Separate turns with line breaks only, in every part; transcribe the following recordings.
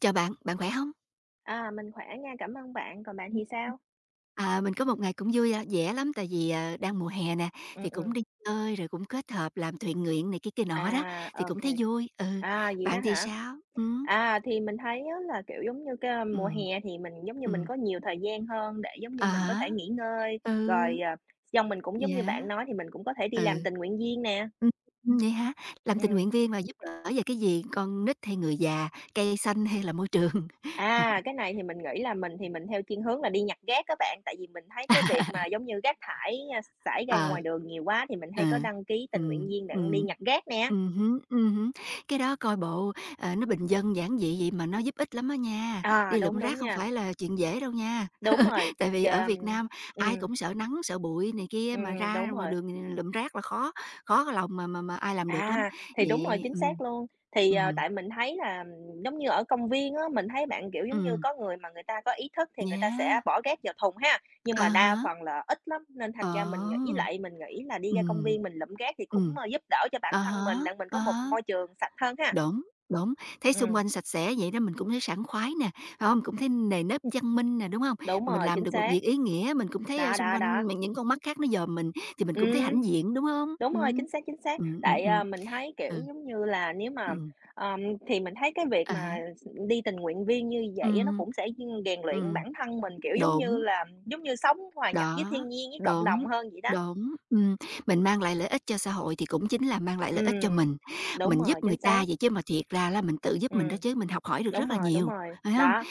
Chào bạn, bạn khỏe không?
À, mình khỏe nha, cảm ơn bạn, còn bạn thì sao?
À, mình có một ngày cũng vui, vẻ lắm, tại vì, đang mùa hè nè,
Ừm,
thì cũng
ừm.
đi chơi rồi cũng kết hợp làm thiện nguyện này kia kia nọ đó,
À,
thì
ok.
cũng thấy vui. Ừ,
À, vậy
bạn
đó
thì
hả?
sao? ừ
À, thì mình thấy á là, kiểu, giống như, cái
ừ
mùa hè thì mình, giống như,
ừ
mình có nhiều thời gian hơn để, giống như,
à
mình có
há.
thể nghỉ ngơi, rồi,
Ừ,
xong mình cũng giống như
dạ
bạn nói thì mình cũng có thể đi
Ừ,
làm tình nguyện viên nè.
ừm, vậy hả? Làm tình
Ừm.
nguyện viên mà giúp đỡ về cái gì? Con nít hay người già, cây xanh hay là môi trường?
À, cái này thì mình nghĩ là mình thì mình theo thiên hướng là đi nhặt rác các bạn, tại vì mình thấy cái việc mà, giống như, rác thải, xả ra
Ờ.
ngoài đường nhiều quá thì mình
Ờ.
hay có đăng ký tình nguyện
Ừm,
viên để đi
ừm.
nhặt rác nè.
Hứm, hứm. Cái đó coi bộ, nó bình dân giản dị vậy mà nó giúp ích lắm á nha,
À,
đi lượm
đúng, đúng
rác không
nha.
phải là chuyện dễ đâu nha.
Đúng rồi,
Tại vì ở
chờm
Việt Nam ai
ừm,
cũng sợ nắng, sợ bụi này kia, mà ra
đúng
ngoài
rồi.
đường thì lượm rác là khó, khó có lòng mà ai làm được lắm.
À, thì đúng rồi,
Vậy,
chính xác luôn. Thì,
Ừm,
tại mình thấy là giống như ở công viên á, mình thấy bạn, kiểu, giống như
ừm,
có người mà người ta có ý thức thì người ta sẽ
yeah.
bỏ rác vào thùng ha, nhưng
À
mà đa
há,
phần là ít lắm, nên
ờ,
thành ra mình nghĩ với lại mình nghĩ là đi ra công
ừm,
viên mình lụm rác thì cũng,
ừm,
giúp đỡ cho bản
à
thân
há,
mình, đặng mình có
à
một
há.
môi trường sạch hơn ha.
Đúng, đúng, thấy xung
Ừm,
quanh sạch sẽ vậy đó mình cũng thấy sảng khoái nè, phải không? Cũng thấy nề nếp văn minh nè, đúng không?
đúng
Mà mình
rồi,
làm
chính
được một
xác.
việc ý nghĩa, mình cũng thấy,
Đó,
xung
đó, đó.
quanh những con mắt khác nó dòm mình thì mình cũng thấy
Ừm.
hãnh diện, đúng hông?
Đúng rồi,
Ừm.
chính xác, chính xác.
Ừm, ừm,
Tại,
ừm.
mình thấy,
Ừ.
kiểu, giống như là, nếu mà ờm, thì mình thấy cái việc
À
mà
há.
đi tình nguyện viên như vậy á, nó
Ừm,
cũng sẽ rèn luyện
ừm,
bản thân mình, kiểu, giống như
đúng.
là, giống như sống hòa nhập với
Đó,
thiên nhiên, với cộng
đúng,
đồng hơn vậy đó.
đúng, ừm. Mình mang lại lợi ích cho xã hội thì cũng chính là mang lại lợi ích cho
Ừm, đúng
mình giúp
rồi, chính
người
xác.
ta vậy chứ mà thiệt ra là mình tự giúp mình đó
Ừm,
chứ, mình học hỏi được rất là
đúng
nhiều,
rồi,
phải không?
đó.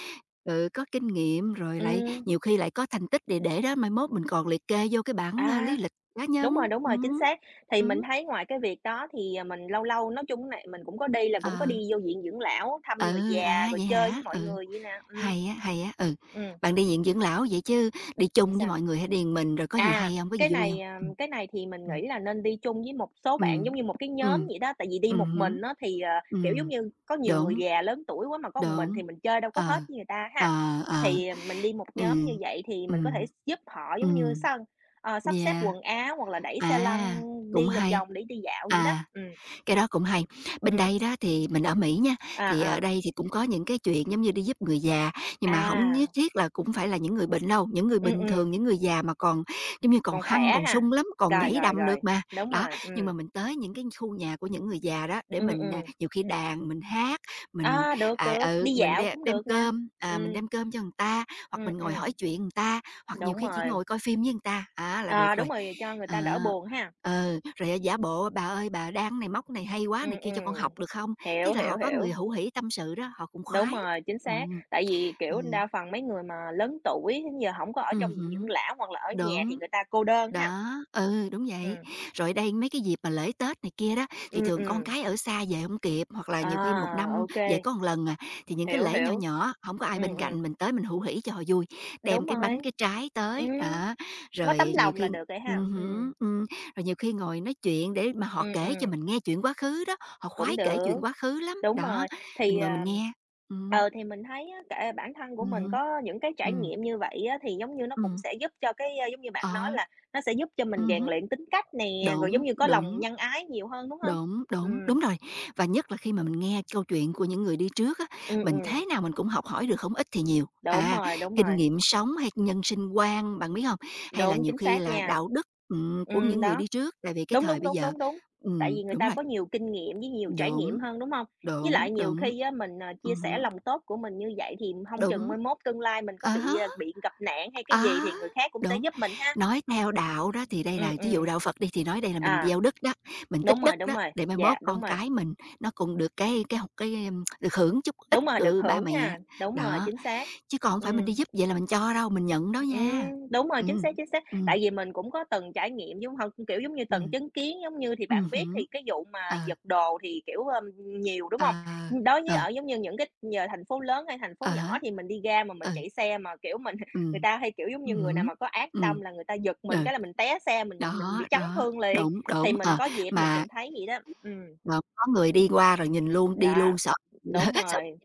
Ừ, có kinh nghiệm rồi lại
Ừm,
nhiều khi lại có thành tích để đó mai mốt mình còn liệt kê vô cái bảng,
à,
lý lịch cá nhân.
đúng rồi, chính
Ừm,
xác. Thì mình
ừm,
thấy ngoài cái việc đó thì, mình lâu lâu nói chung này, mình cũng có đi là cũng có
ờ,
đi vô viện dưỡng lão, thăm người
ừ,
già,
à,
rồi
vậy
chơi với
hả?
mọi
Ừ,
người vậy nè.
hay á, ừ.
Ừm,
Bạn đi viện dưỡng lão vậy chứ đi chung với
sao?
mọi người hay đi một mình, rồi có gì
À,
hay không có
cái
gì vui
này,
không? Ừm.
cái này thì mình
Ừm.
nghĩ là nên đi chung với một số bạn,
Ừm,
giống như một cái nhóm
ừm,
vậy đó. Tại vì đi một
hứm.
mình á thì, kiểu, giống
Ừm,
như, có nhiều người
đúng,
già lớn tuổi quá mà có một mình thì
đúng.
mình chơi đâu có
Ờ,
hết với người ta ha.
ờ, ờ,
Thì, mình đi một nhóm như
ừm,
vậy thì mình có thể
ừm,
giúp họ, giống như,
ừm,
sao, sắp xếp
yeah,
quần áo hoặc là đẩy xe lăn
à, cũng
đi vòng
hay.
vòng để đi dạo vậy đó.
À. Cái đó cũng hay. Bên
Ừm,
đây đó thì mình ở Mỹ nha, thì
à,
ở
à,
đây thì cũng có những cái chuyện giống như đi giúp người già, nhưng mà không nhất
à,
thiết là cũng phải là những người bệnh đâu, những người
ừm,
bình
ừm,
thường, những người già mà còn giống như còn
còn
hăng,
khỏe
còn
ha.
sung lắm, còn
Rồi,
nhảy
rồi,
đầm
rồi,
được mà.
đúng
Đó,
rồi,
nhưng mà mình tới những cái khu nhà của những người già đó để mình,
ừm.
nhiều khi đàn, mình hát, mình,
À, được,
à,
được, đi
ừ, mình
dạo
đem
cũng
đem
được nè.
cơm, mình
Ừm.
đem cơm cho người ta, hoặc
Ừm,
mình ngồi hỏi
ừm,
chuyện người ta, hoặc nhiều
đúng
khi chỉ
rồi,
ngồi coi phim với người ta, á, là được
à, đúng
rồi.
rồi, cho người
Ờ.
ta đỡ buồn ha.
Ờ, rồi, giả bộ: "Bà ơi, bà đan này, móc này hay quá này
Ừm,
kia cho con
ừm,
học được không?"
hiểu,
Cái là
hiểu,
họ có người
hiểu,
hữu hỉ tâm sự đó, họ cũng
đúng
khoái.
rồi, chính xác.
Ừm,
Tại vì, kiểu,
ừm,
đa phần mấy người mà lớn tuổi đến giờ không có ở trong viện dưỡng
ừm
lão hoặc là ở nhà thì
đúng.
người ta cô đơn ha.
Đó, ừ, đúng vậy.
Ừm,
Rồi đây mấy cái dịp mà lễ Tết này kia đó, thì
ừm,
thường con
ừm,
cái ở xa về không kịp, hoặc là nhiều khi một
à,
năm
ô,
về có một lần à, thì những cái
hiểu,
lễ nhỏ
hiểu,
nhỏ, không có ai
ừm,
bên
ừm,
cạnh, mình tới mình hủ hỉ cho họ vui,
đúng
đem cái bánh,
rồi,
cái trái
ừm,
tới, đó.
có tấm
Rồi nhiều
lòng là
khi
được rồi ha.
Ừm hứm, ừm. Rồi nhiều khi ngồi nói chuyện để mà họ
Ừm,
kể cho
ừm,
mình nghe chuyện quá khứ đó, họ
cũng
khoái kể
được.
chuyện quá khứ lắm,
Đúng
đó,
rồi,
mình
thì,
ngồi mình nghe. Ừm,
thì mình thấy á, cả bản thân của mình
hưm,
có những cái trải
ừm,
nghiệm như vậy á, thì giống như nó cũng sẽ giúp cho cái, giống như bạn nói
ờ,
là nó sẽ giúp cho mình rèn
hứm,
luyện tính cách nè, rồi giống
đúng,
như có lòng
đúng.
nhân ái nhiều hơn, đúng không?
Đúng,
Ừ
đúng, đúng rồi. Và nhất là khi mà mình nghe câu chuyện của những người đi trước á,
ừ
mình thế nào mình cũng học hỏi được không ít thì nhiều.
đúng
À,
rồi, đúng
kinh
rồi,
nghiệm sống hay nhân sinh quan, bạn biết không? Hay là
đúng,
nhiều
chính
khi
xác
là
nha.
đạo đức, của
Ừ
những người
đó.
đi trước, tại vì cái
Đúng,
thời
đúng,
bây
đúng,
giờ.
đúng, đúng. Tại
Ừm,
vì người
đúng
ta
rồi,
có nhiều kinh nghiệm với nhiều trải
đúng,
nghiệm hơn, đúng không? Với
đúng,
lại nhiều
đúng,
khi á mình, chia sẻ
ừm
lòng tốt của mình như vậy thì không chừng
đúng,
mai mốt tương lai mình có
à
bị,
há.
ờ, bị gặp nạn hay cái gì
Á,
thì người khác cũng sẽ
đúng.
giúp mình ha.
Nói theo đạo đó thì đây
Ừ
là thí
ừ
dụ đạo Phật đi, thì nói đây là mình
à,
gieo đức đó, mình tích đức
đúng
đó,
rồi,
để mai
dạ,
mốt con cái mình nó cũng được cái h cái, ưm, được hưởng chút ít
đúng rồi, được
từ ba
hưởng
mẹ.
ha, đúng rồi,
Đó,
chính xác.
chứ còn hổng
Ừ.
phải mình đi giúp vậy là mình cho đâu, mình nhận đó nha.
Đúng rồi,
ừ
chính xác, chính xác.
ừ
Tại vì mình cũng có từng trải nghiệm, giống hông? Kiểu, giống như,
ừ
từng chứng kiến, giống như, thì
ừ
bạn biết
hứm,
thì cái vụ mà
ờ,
giật đồ thì, kiểu, nhiều, đúng
ờ,
hông? Đối với
ờ,
ở, giống như, những cái giờ thành phố lớn hay thành phố
à
nhỏ
há,
thì mình đi ra mà mình
ừ,
chạy xe mà, kiểu, mình người
ừm,
ta hay, kiểu, giống như, người nào
hứm,
mà có ác tâm là người ta giật
ừ,
mình cái là mình té xe, mình bị
đó,
chấn
đó,
thương liền,
đúng,
thì
đúng,
mình
ờ,
có dịp mình
mà.
từng thấy vậy đó.
Ờ, có người đi qua rồi nhìn luôn, đi
Đó,
luôn sợ
đúng
sợ
rồi.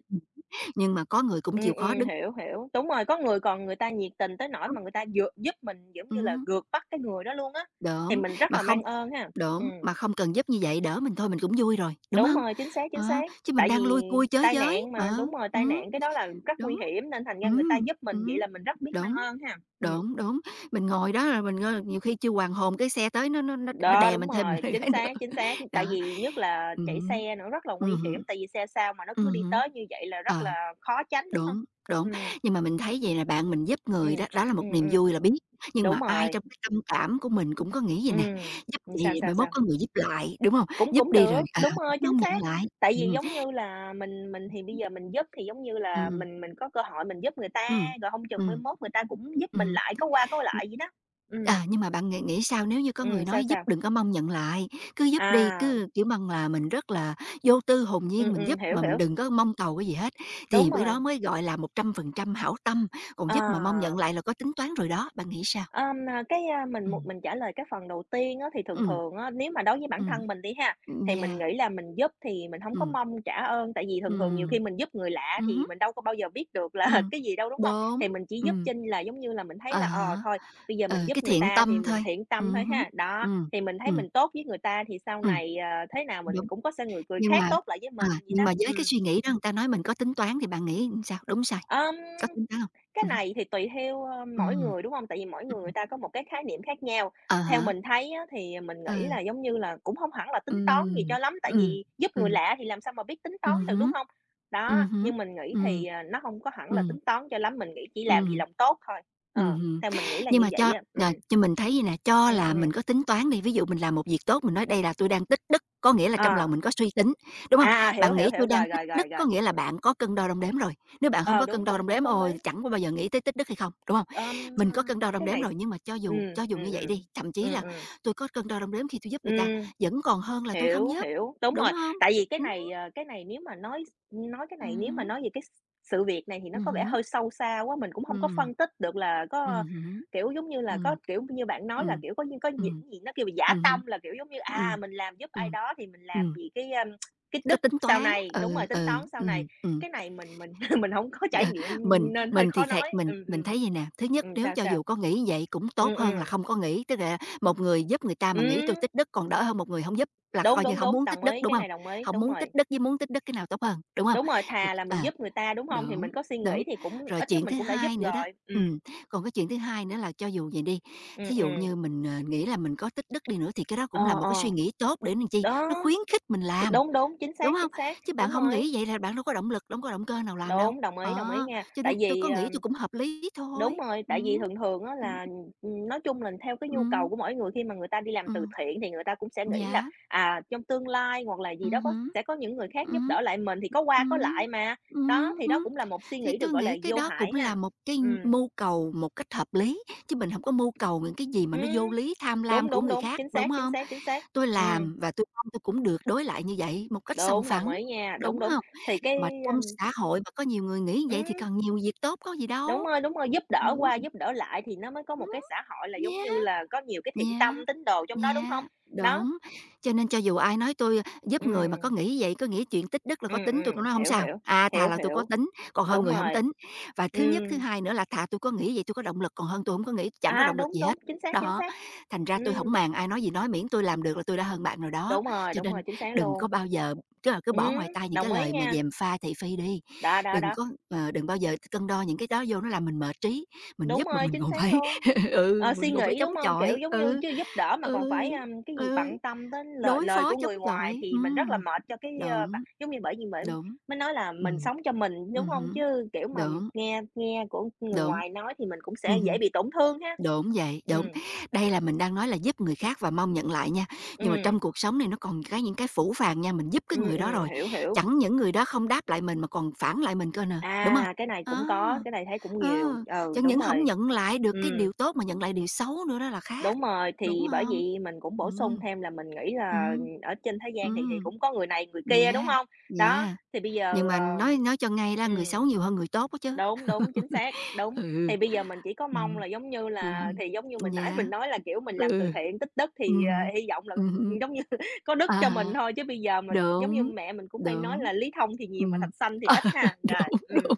nhưng mà có người cũng chịu khó đứng
Hiểu, hiểu. Đúng rồi, có người còn người ta nhiệt tình tới nỗi
lắm.
mà người ta dược giúp mình, giống như là,
Ừm,
gượt bắt cái người đó luôn á, thì
đúng,
mình rất
mà
là
không
mang ơn ha. Ừm,
mà không cần giúp như vậy đỡ mình thôi mình cũng vui rồi, đúng
đúng
không?
rồi, chính xác, chính
Ờ,
xác.
chứ mình
Tại vì
đang lui cui chới
tai
giới,
nạn mà, đúng rồi, tai
ừm,
nạn cái đó là rất nguy
đúng.
hiểm nên thành ra người ta
Ừm,
giúp mình, vậy
ừm,
là mình rất biết mang
đúng,
ơn ha.
đúng, đúng, mình ngồi đó rồi mình ngơ nhiều khi chưa hoàn hồn cái xe tới nó
Đó,
đè
đúng
mình thêm
rồi, chính
cái nữa.
xác, chính xác. Tại
Đó,
vì nhất là chạy xe nữa rất là
hứm,
nguy hiểm,
ừm
tại vì xe sao mà nó cứ đi
ừm
tới như vậy là rất
Ờ.
là khó tránh, đúng không?
Đúng, đúng.
Ừm,
Nhưng mà mình thấy vậy là bạn mình giúp người
ừm,
đó, đó là một
ừm,
niềm
ừm,
vui là biết, nhưng
đúng
mà ai
rồi.
trong cái tâm cảm của mình cũng có nghĩ vầy nè, giúp
Ừm, sao,
vậy
sao,
mai mốt
sao?
có người giúp lại, đúng hông?
Cũng
Giúp
cũng
đi rồi,
được,
à,
đúng
cũng
rồi, chính
hông nhận
xác.
lại.
Tại vì
Ừm,
giống như là mình thì bây giờ mình giúp thì giống như là
ừm,
mình có cơ hội mình giúp người ta,
ừm,
rồi hông chừng mai
ừm,
mốt người ta cũng giúp mình
ừm.
lại, có qua có lại vậy đó. Ừm,
À, nhưng mà bạn nghĩ nghĩ sao nếu như có người
sao,
nói giúp
sao?
đừng có mong nhận lại, cứ giúp đi,
À,
cứ, kiểu, bằng là mình rất là vô tư hồn nhiên mình giúp
hiểu,
mà mình
hiểu,
đừng có mong cầu cái gì hết,
đúng
thì bữa đó
rồi,
mới gọi là 100% hảo tâm, còn
ờ.
giúp mà mong nhận lại là có tính toán rồi đó, bạn nghĩ sao?
Cái, mình một
Ừm.
mình trả lời cái phần đầu tiên á, thì thường
Ừm,
thường á, nếu mà đối với bản thân mình đi ha, thì mình
yeah,
nghĩ là mình giúp thì mình không có
ừm,
mong trả ơn, tại vì thường thường nhiều khi
ừm,
mình giúp người lạ thì
hứm,
mình đâu có bao giờ biết được là
ừm,
cái gì đâu, đúng không? Thì
đúng,
mình chỉ giúp
ừm,
chinh là giống như là mình thấy
à
là,
há,
thôi, bây giờ
ờ
mình giúp
cái
người
thiện
ta thì
tâm
mình
thôi,
thiện tâm thôi
hứm,
ha. Đó,
ừm,
thì mình thấy
ừm,
mình tốt với người ta thì sau
ừm,
này, thế nào mình
đúng.
cũng có sẽ người cười
Nhưng
khác
mà
tốt lại với
à,
mình vậy đó.
nhưng mà với cái
Ừm.
suy nghĩ đó người ta nói mình có tính toán thì bạn nghĩ sao? Đúng sai?
Ờm.
Có tính toán hông?
Cái
Ừm,
này thì tùy theo, mỗi
ừm,
người, đúng không? Tại vì mỗi người người
ừm,
ta có một cái khái niệm khác nhau.
à
Theo
há,
mình thấy á, thì mình nghĩ
ừ,
là giống như là cũng không hẳn là tính toán gì
ừm,
cho lắm, tại
ừm,
vì giúp người
ừm,
lạ thì làm sao mà biết tính toán được, đúng
hứm,
không? Đó,
hứm,
nhưng mình nghĩ
ừm,
thì, nó không có hẳn là
ừm,
tính toán cho lắm, mình nghĩ chỉ làm vì
ừm.
lòng tốt thôi. Ờ,
Ừm.
theo mình nghĩ là
Nhưng
như
mà
vậy
cho
á. Ừ
ờ, cho mình thấy vầy nè, cho là mình
ừm.
có tính toán đi, ví dụ mình làm một việc tốt, mình nói đây là tôi đang tích đức, có nghĩa là trong lòng
Ờ,
mình có suy tính, đúng hông?
à, hiểu,
Bạn
hiểu,
nghĩ
hiểu,
tôi
rồi,
đang tích
rồi,
đức
rồi, rồi.
có nghĩa là bạn có cân đo đong đếm rồi, nếu bạn hông
Ờ,
có cân
đúng,
đo
cũng
đong
cũng
đếm,
có
ôi,
lý.
chẳng có bao giờ nghĩ tới tích đức hay không, đúng hông?
Ờm,
Mình có cân đo đong
cái
đếm
này
rồi, nhưng mà cho
ừ
dù cho
ừ
dù như
ừ
vậy
ừ
đi, thậm
ừ
chí là tôi có cân đo đong đếm khi tui giúp người ta, vẫn còn hơn là tui không
hiểu,
giúp,
hiểu, đúng
đúng
rồi.
hông?
Tại vì cái
Ừm.
này, cái này nếu mà nói cái này nếu mà
Hứm.
nói về cái sự việc này thì nó có vẻ
Hứm,
hơi sâu xa quá, mình cũng không có
ừm.
phân tích được là có,
Hứm.
kiểu, giống như là, có,
Ừm.
kiểu như, bạn nói là,
Ừm.
kiểu, có như có
Ừm.
những gì nó kêu là dã
Hứm.
tâm, là, kiểu, giống như, à,
Ừm.
mình làm giúp ai
Ừm.
đó thì mình làm
Ừm,
vì cái
có
đức
tính
sau
toán,
này đúng rồi,
ừ,
tính
ừ,
toán sau này.
ừm.
Cái này mình mình không có trải
Ờ,
nghiệm nên hơi
mình thì
khó
thề
nói.
mình thấy vầy nè, thứ nhất nếu
Sao,
cho
sao?
dù có nghĩ vậy cũng
Ừm,
tốt hơn là
ừm,
không có nghĩ, tức là một người giúp người ta mà nghĩ tui
ừm,
tích đức còn đỡ hơn một người hổng giúp là
đúng,
coi như
đúng,
hổng
đúng,
muốn tích
đồng
đức,
ý,
đúng
cái
hông?
này đồng ý,
Hổng
đúng
muốn
rồi.
tích đức với muốn tích đức cái nào tốt hơn, đúng hông?
Đúng rồi, thà là
Ờ.
mình giúp người ta, đúng hông? Thì
Đúng,
mình có suy
đúng.
nghĩ thì cũng
Rồi
ít nhất
chuyện
mình
thứ
cũng đã giúp
hai nữa đó,
rồi.
ừm, còn cái chuyện thứ hai nữa là cho dù vậy đi,
Ừm,
thí dụ
ừm.
như mình, nghĩ là mình có tích đức đi nữa thì cái đó
Ờ,
cũng là một cái suy
ờ,
nghĩ tốt để làm chi, nó
đó,
khuyến khích mình làm,
đúng, đúng,
đúng không?
chính xác,
Chứ bạn
đúng
không
rồi,
nghĩ vậy là bạn đâu có động lực, đâu có động cơ nào làm đâu.
đúng, đồng ý
Ờ,
nha.
cho
Tại
nên tôi
vì,
có nghĩ tôi cũng hợp lý
đúng
thôi.
rồi, tại vì
Ừm,
thường thường á
ừm,
là, nói chung là theo cái nhu cầu
ừm,
của mỗi người khi mà người ta đi làm từ
ừm,
thiện thì người ta cũng sẽ nghĩ là,
yeah,
à, trong tương lai hoặc là gì đó có
hứm,
sẽ có những người khác giúp
ừm,
đỡ lại mình thì có qua có lại
ừm,
mà. Đó, thì đó
ừm.
cũng là một suy
Thì
nghĩ được
tôi
gọi là
nghĩ cái
vô
đó
hại
cũng là
ha.
một cái
Ừm,
mưu cầu một cách hợp lý, chứ mình hổng có mưu cầu những cái gì mà nó
ừm.
vô lý, tham lam
Đúng,
của
đúng,
người
đúng,
khác,
chính
đúng
xác, chính
hông?
xác, chính xác.
Tôi
Ừm,
làm và tôi mong tôi cũng được đối lại như vậy một cách song
đúng, đồng
phẳng,
ý nha, đúng,
đúng
đúng.
hông?
Thì cái,
Mà trong
ưm,
xã hội mà có nhiều người nghĩ vậy thì còn nhiều việc tốt có gì đâu.
đúng rồi, giúp đỡ qua
Ừm,
giúp đỡ lại thì nó mới có một
ừm,
cái xã hội là, giống như
yeah.
là, có nhiều cái thiện tâm,
Yeah,
tín đồ trong đó, đúng không?
yeah,
Đó,
đúng. Cho nên cho dù ai nói tôi giúp người mà có
ừm,
nghĩ vậy, có nghĩ chuyện tích đức là có tính, tôi cũng nói không
hiểu,
sao,
hiểu,
à, thà
hiểu,
là tôi có
hiểu,
tính còn hơn
đúng
người không
rồi.
tính. Và thứ nhất, thứ
Ừm,
hai nữa là thà tôi có nghĩ vậy tôi có động lực còn hơn tôi không có nghĩ chẳng có
à,
động lực
đúng,
gì
đúng,
hết.
chính xác, chính
Đó,
xác.
thành ra tôi không
Ừm,
màng ai nói gì nói, miễn tôi làm được là tôi đã hơn bạn rồi đó. Cho
đúng
nên
rồi, chính xác
đừng
luôn.
có bao giờ tức cứ
Ừm,
bỏ ngoài tai những cái
đồng ý
lời mà
nha.
dèm pha thị phi đi,
Đó, đó,
đừng
đó.
có ờ, đừng bao giờ cân đo những cái đó vô nó làm mình mệt trí, mình
Đúng
giúp mà
rồi,
mình
chính
còn
xác
phải
luôn.
Ừ,
Ờ, suy
mình cũng phải
nghĩ,
chống
đúng hông? Kiểu,
chọi,
giống như,
ừ,
chứ giúp đỡ mà còn phải,
ừ,
a, cái gì
ừ,
bận tâm tới lời
đối
lời
phó
của
chống
người ngoài
chọi,
thì mình rất là mệt cho cái, ơ, bạn
đúng,
giống như, bởi
đúng.
mới nói là mình
Ừm,
sống cho mình, đúng hông?
hứm,
Chứ, kiểu, mà
đúng,
nghe nghe của người
đúng.
ngoài nói thì mình cũng sẽ dễ
Hứm,
bị tổn thương ha.
đúng vậy, đúng.
Ừm,
Đây là mình đang nói là giúp người khác và mong nhận lại nha, nhưng mà trong
ừm,
cuộc sống này nó còn cái những cái phũ phàng nha, mình giúp cái người đó rồi,
hiểu, hiểu.
chẳng những người đó không đáp lại mình mà còn phản lại mình cơ nè, đúng không?
À, cái này
Á.
cũng có, cái này thấy cũng nhiều,
Ờ,
ừ,
chẳng
đúng
những hổng
rồi.
nhận lại được cái
Ừm.
điều tốt mà nhận lại điều xấu nữa đó là khác,
Đúng rồi,
đúng
thì bởi
hông?
vậy mình cũng bổ sung
Ừm,
thêm là mình nghĩ là
ừm.
ở trên thế gian thì
Ừm,
cũng có người này người kia, đúng
yeah,
hông? Đó,
yeah,
thì bây
nhưng
giờ,
mà
ờ,
nói cho ngay ra người
ừm,
xấu nhiều hơn người tốt á chứ.
đúng, đúng, chính xác, đúng.
Ừ,
Thì bây giờ mình chỉ có mong
ừm,
là giống như là
ừm,
thì giống như mình nãy
yeah,
mình nói là, kiểu, mình làm từ
ừ,
thiện, tích đức thì, ờ,
hứm,
hy vọng là,
hứm,
giống như có đức
à
cho
há,
mình thôi, chứ bây giờ mình giống như
đúng,
mẹ mình cũng hay nói
đúng,
là "Lý thông thì nhiều mà
ừm,
thạch xanh thì ít"
ờ,
ha. Rồi,
đúng, đúng.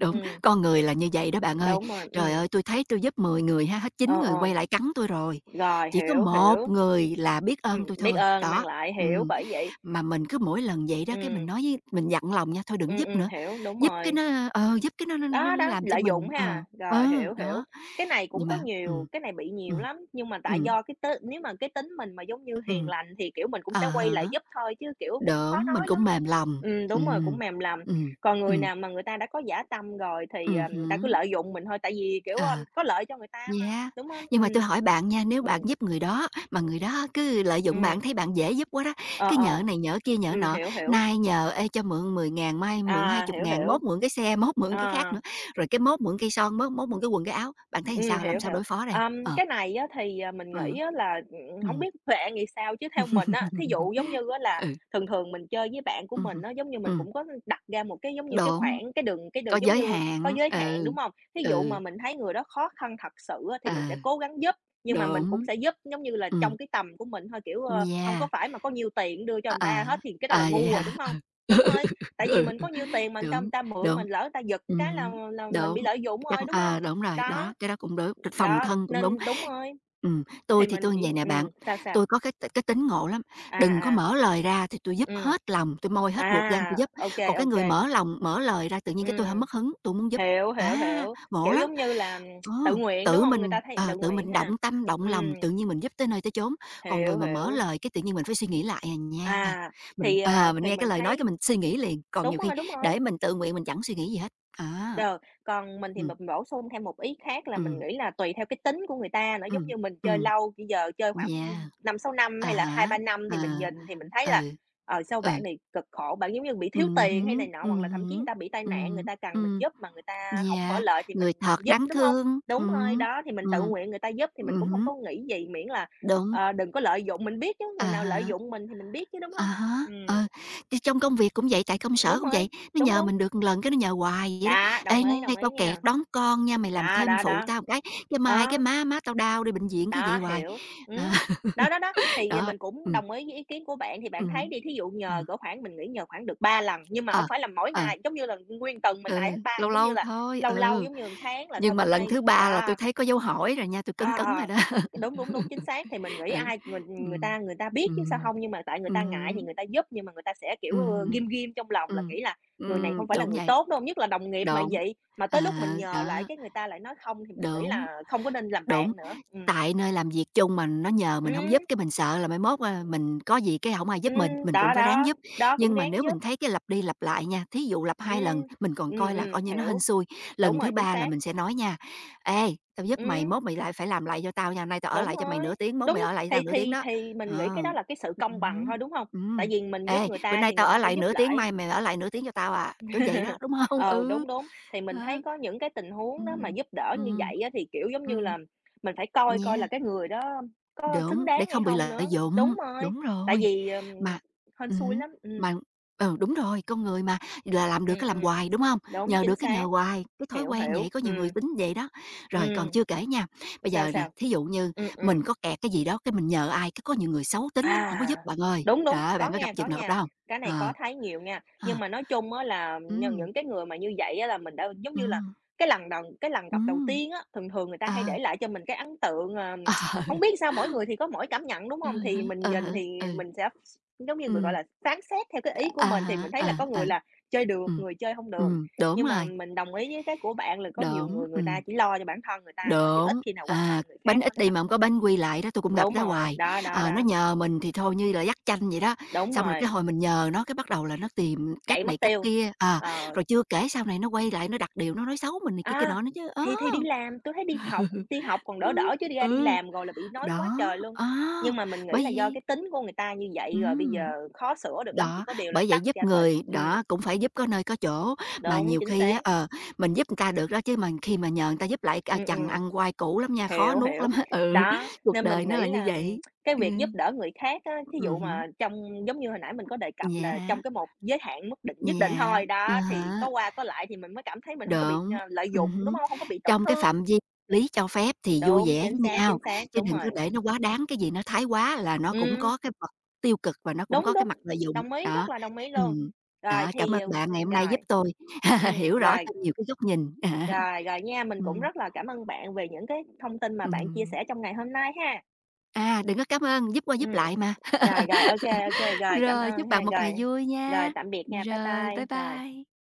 Đúng,
ừm,
con người là như vậy đó bạn ơi.
đúng rồi,
Trời ơi, tôi thấy tôi giúp 10 người ha, hết
ờ,
chín người
ờ,
quay lại cắn tôi rồi,
rồi,
chỉ có
hiểu,
một
hiểu,
người là biết ơn tôi
biết
thôi.
ơn
Đó,
mang lại, hiểu,
ừm,
bởi vậy
mà mình cứ mỗi lần vậy đó,
ừ,
cái mình nói với mình dặn lòng nha, thôi đừng
ừ,
giúp nữa,
hiểu, đúng
giúp cái
rồi.
nó giúp cái nó
Đó, đó,
làm cho
lợi dụng
mình
ha, rồi,
ừ,
hiểu, hiểu.
đó,
Cái này cũng
nhưng
có
mà
nhiều, cái này bị nhiều
ừm,
lắm, nhưng mà tại
ừm,
do cái t nếu mà cái tính mình mà giống như hiền
ừm,
lành thì, kiểu, mình cũng
à
sẽ quay lại
há,
giúp thôi chứ, kiểu, cũng khó
đúng, mình
nói lắm.
cũng mềm lòng. Ừ,
Đúng rồi, cũng mềm lòng.
ừ,
Còn người
ừ,
nào mà người ta đã có giả tâm rồi thì, ờ, người ta cứ
hứm,
lợi dụng mình thôi, tại vì, kiểu, ơ,
à.
có lợi cho người ta mà,
Dạ.
đúng không?
Nhưng
Ừ,
mà tôi hỏi bạn nha, nếu
ừ,
bạn giúp người đó, mà người đó cứ lợi dụng
ừm,
bạn, thấy bạn dễ giúp quá đó,
ờ,
cứ
ờ.
nhờ này nhờ kia nhờ nọ,
Hiểu, hiểu.
nay nhờ: "Ê, cho mượn 10.000 mai mượn hai
À,
chục
hiểu,
ngàn mốt
hiểu.
mượn cái xe, mốt mượn cái khác
Ờ.
nữa, rồi cái mốt mượn cây son, mốt mốt mượn cái quần cái áo." Bạn thấy làm
Hiểu,
sao
hiểu.
đối phó đây? Ờ,
Cái này á thì, à, mình
ờ.
nghĩ á là, hổng
Ừm.
biết bạn nghĩ sao chứ theo mình á, thí dụ giống như á là
Ừ,
thường thường mình chơi với bạn của mình
hưm,
nó giống như mình cũng có đặt ra một cái, giống như, cái
đúng,
khoảng cái đường cái
có
đường giống
giới
như có
hạn,
giới hạn,
ừ,
đúng không? Thí dụ mà
ừ,
mình thấy người đó khó khăn thật sự á thì
ờ,
mình sẽ cố gắng giúp, nhưng mà mình cũng
đúng,
sẽ giúp giống như là
ừ,
trong cái tầm của mình thôi, kiểu, ơ, hông có
yeah.
phải mà có nhiều tiền đưa cho
À,
người ta
à,
hết thì cái đó
à,
là
vậy
ngu rồi, đúng
hả? Ừ.
không? Đúng rồi, tại
Ừ,
vì
ừ,
mình
ừ,
có nhiều tiền mà người ta người
đúng,
ta mượn
đúng.
mình, lỡ người ta giật cái là
Ừm,
là mình
đúng,
bị lợi dụng
chắc
rồi, đúng không?
à đúng rồi,
Đó.
đó, cái đó cũng đúng, phòng
Đó,
thân cũng đúng.
nên đúng rồi, thì
Tôi thì
mình
tôi
chỉ
vầy nè bạn,
sao, sao?
tôi có cái tính ngộ lắm, đừng có
À, à.
mở lời ra thì tôi giúp
Ừm,
hết lòng, tôi moi hết
à,
ruột gan tôi giúp,
ô kê,
còn cái
ô
người
kê.
mở lòng, mở lời ra tự nhiên cái tôi hơi
Ừm,
mất hứng, tôi hông muốn giúp.
hiểu, hiểu,
À,
hiểu,
ngộ
kiểu,
lắm!
giống như là
Ờ,
tự nguyện, đúng hông? Người ta thấy tự
tự
nguyện
mình động
ha.
tâm, động
Ừm,
lòng, tự nhiên mình giúp tới nơi tới chốn, còn người
hiểu,
mà mở
hiểu.
lời cái tự nhiên mình phải suy nghĩ lại à nha.
À, thì, ờ,
Mình
thì
nghe
mình
cái lời nói
thấy
cái mình suy nghĩ liền, còn
đúng
nhiều khi
rồi, đúng rồi.
để mình tự nguyện mình chẳng suy nghĩ gì hết. À,
Rồi, còn mình thì
ừm,
mình bổ sung thêm một ý khác là mình
ừm,
nghĩ là tùy theo cái tính của người ta nữa, giống
ừm,
như mình chơi
ừm,
lâu, bây giờ chơi khoảng
yeah,
5 6 năm
à
hay là hai
há,
ba năm thì
à,
mình nhìn thì mình thấy là,
ừ,
ờ, sao bạn
ừ,
này cực khổ, bạn giống như bị thiếu tiền hay này
hứm,
nọ, hoặc là thậm chí người
hứm,
ta bị tai nạn, người
ừm,
ta cần mình
ừm,
giúp mà người ta không mở
yeah,
lời thì mình
người thật
giúp,
đáng
đúng không?
thương,
Đúng rồi, đó, thì mình tự
ừm,
nguyện người ta giúp thì mình cũng không
hứm,
có nghĩ gì, miễn là,
đúng,
ờ, đừng có lợi dụng, mình biết chứ,
à
người nào lợi
há.
dụng mình thì mình biết chứ, đúng
À
không?
há,
Ừm,
ờ, thì trong công việc cũng vậy, tại công
đúng
sở cũng
rồi,
vậy, nó
đúng,
nhờ
đúng.
mình được một lần cái nó nhờ hoài vậy đó:
Đã
"Ê,
đồng
nay
ý
tao kẹt
nha.
đón con nha, mày làm
Đó,
thêm
đó,
phụ
đó.
tao một cái mai cái
Đó,
má má tao đau đi bệnh viện", cứ vậy
đó,
hoài.
hiểu.
Ờ,
Đó, đó, đó, thì ờ,
đó,
mình cũng
ừ,
đồng ý với ý kiến của bạn, thì bạn
ừ,
thấy đi, thí dụ nhờ
ừm,
cỡ khoảng mình nghĩ nhờ khoảng được 3 lần, nhưng mà không
ờ,
phải là mỗi
ờ,
ngày, giống như là, nguyên tuần mình xài hết
ừ,
3
lâu
giống như
lâu
là
thôi,
lâu lâu,
ừ.
giống như một tháng là thôi
Nhưng mà
bữa
lần
nay
thứ 3 là tôi
đó.
thấy có dấu hỏi rồi nha, tôi cấn
À,
cấn rồi
à,
đó.
đúng, đúng, đúng, chính xác. Thì mình nghĩ
Ừ,
ai người
ừ,
người ta biết
ừ,
chứ sao không nhưng mà tại người
ừ,
ta ngại thì người ta giúp, nhưng mà người ta sẽ,
ừ,
kiểu, ơ, ghim ghim trong lòng là
ừm,
nghĩ là người này không phải là
đúng
người
vậy,
tốt đâu, nhất là đồng nghiệp mà
đúng,
vậy, mà
ờ,
tới lúc mình nhờ lại
đó.
cái người ta lại nói không thì mình nghĩ
Đúng,
là không có nên làm
đúng,
bạn nữa.
tại nơi làm việc chung mà nó nhờ mình hổng giúp
Ừm,
cái mình sợ là mai mốt, a, mình có gì cái hổng ai giúp mình cũng
đó,
phải ráng
đó,
giúp.
đó, cũng
Nhưng mà
ráng
nếu
giúp.
mình thấy cái lặp đi lặp lại nha, thí dụ lặp hai lần,
Ừm,
mình còn coi là coi như nó hên
hiểu.
xui,
Đúng
lần thứ
rồi, chính
3 là
xác.
mình sẽ nói nha: "Ê, tao giúp mày,
Ừm,
mốt mày lại phải làm lại cho tao nha, nay tao ở
đúng
lại cho mày nửa
rồi,
tiếng, mốt mày
đúng,
ở lại cho
thì
tao nửa tiếng
thì
đó."
thì mình nghĩ
Ờ.
cái đó là cái sự công bằng
Hứm,
thôi, đúng không? Tại
ừm.
vì mình giúp
"Ê,
người
bữa
ta
nay
thì
tao
người
ở
ta phải
lại
giúp
nửa tiếng,
lại.
mai mày ở lại nửa tiếng cho tao à." Kiểu vậy đó, đúng hông?
Ờ,
Ừ,
đúng, đúng. Thì mình
đó.
thấy có những cái tình huống
Ừm,
đó mà
ừm.
giúp đỡ như
Ừm.
vậy á, thì, kiểu, giống như
Ừm.
là, mình phải coi coi là
Yeah,
cái người đó có xứng
đúng, để
đáng hay
không bị
không
lợi
nữa. Đúng
dụng,
rồi,
đúng
tại
rồi.
vì,
Mà
hên xui
ừm,
lắm.
mà ừ, đúng rồi, con người mà, là làm được
Ừm,
cái
ừm,
làm hoài, đúng không?
đúng,
Nhờ
chính
được cái nhờ
xác,
hoài, cái thói
hiểu,
quen vậy,
hiểu.
có nhiều người tính vậy đó. Rồi còn
Ừm,
chưa kể nha, bây
sao,
giờ nè,
sao?
thí dụ như
Ừm,
mình
ừm.
có kẹt cái gì đó, cái mình nhờ ai, cái có nhiều người xấu tính lắm, không có
À,
giúp bạn ơi.
đúng, đúng,
Đó,
có
bạn có gặp
nghe có
chừng nào gặp
nghe
đó không?
cái này có
Ờ,
thấy nhiều nha.
ờ,
Nhưng mà nói chung á là những
ừm,
những cái người mà như vậy á là mình đã giống như là
ừm,
cái lần gặp đầu
ừm,
tiên á, thường thường người ta hay
ờ,
để lại cho mình cái ấn tượng, ờ,
ờ,
hổng biết sao mỗi người thì có mỗi cảm nhận, đúng
ừ
không?
hứ,
Thì mình
ừ
nhìn
hứ,
thì
ừ.
mình sẽ giống như, người gọi
Ừm.
là, phán xét theo cái ý của
À
mình thì mình thấy là
há,
có người
à,
là chơi được,
ừ. Ừm,
người chơi không được.
đúng
Nhưng mà
rồi,
mình đồng ý với cái của bạn là có nhiều
đúng,
người người ta chỉ lo cho bản thân người ta thôi chứ ít
đúng.
khi nào quan tâm
À,
người
bánh
khác
ít
lắm
đi
ha.
mà hông có bánh quy lại đó, tui cũng gặp
Đúng
đó
rồi,
hoài.
đó, đó,
Ờ, nó
đó,
nhờ mình thì thôi như là dắt chanh vậy đó,
đúng
xong rồi cái
rồi.
hồi mình nhờ nó cái bắt đầu là nó tìm
Chạy
cách này
mất
cách
tiêu.
kia, à,
Ờ,
rồi chưa kể sau này nó quay lại nó đặt điều nó nói xấu mình này kia kia
a,
nọ nữa chứ. Ờ,
thì đi làm, tui thấy đi học còn đỡ
ừ,
đỡ chứ đi ra đi
ừ,
làm rồi là bị nói quá
đó,
trời luôn.
à,
Nhưng mà mình nghĩ
bởi
là do
vậy
cái tính của người ta như vậy rồi bây
ừm.
giờ khó sửa được lắm, chỉ
Đó,
có điều là
bởi vậy
tách
giúp
ra thôi.
người, đó, cũng phải giúp có nơi có chỗ, mà
Đúng,
nhiều
chính
khi á,
xác.
ờ, mình giúp người ta được đó chứ mà khi mà nhờ người ta giúp lại, a,
Ừm,
chằn
ừm,
ăn oai cũ lắm nha, khó
hiểu,
nuốt
hiểu.
lắm á, ừ,
Đó,
cuộc
nên
đời
mình
nó là
nghĩ
như
là
vậy.
cái việc giúp
Ừm,
đỡ người khác á, thí dụ
hứm,
mà trong giống như hồi nãy mình có đề cập là
yeah,
trong cái một giới hạn mức định nhất định
yeah,
thôi, đó, thì có
à.
qua có lại thì mình mới cảm thấy mình hông có bị,
Đúng,
ờ, lợi dụng, đúng
hứm.
hông? Hông có bị tổn
Trong cái
thương.
phạm vi lý cho phép thì vui
Đúng,
vẻ với
chính
nhau,
xác,
chứ
đúng
đừng có
rồi.
để nó quá đáng, cái gì nó thái quá là nó cũng
Ừm,
có cái mặt tiêu cực và nó cũng
đúng,
có cái
đúng,
mặt lợi dụng,
đồng ý, rất
đó.
là đồng ý luôn.
Ừm,
Rồi
đó, cảm
thì,
ơn
ờ,
bạn ngày hôm nay
rồi,
giúp tôi hiểu rõ
rồi,
thêm nhiều cái góc nhìn.
rồi, rồi nha, mình cũng
Ừm,
rất là cảm ơn bạn về những cái thông tin mà bạn chia
ừm.
sẻ trong ngày hôm nay ha.
À, đừng có cảm ơn, giúp qua
Ừm,
giúp lại mà.
rồi, rồi, ok ok, rồi, cảm
Rồi,
ơn
chúc
ha,
bạn một ngày
rồi,
vui
rồi,
nha.
tạm biệt nha, bye
Rồi,
bye,
bye
rồi.
bye.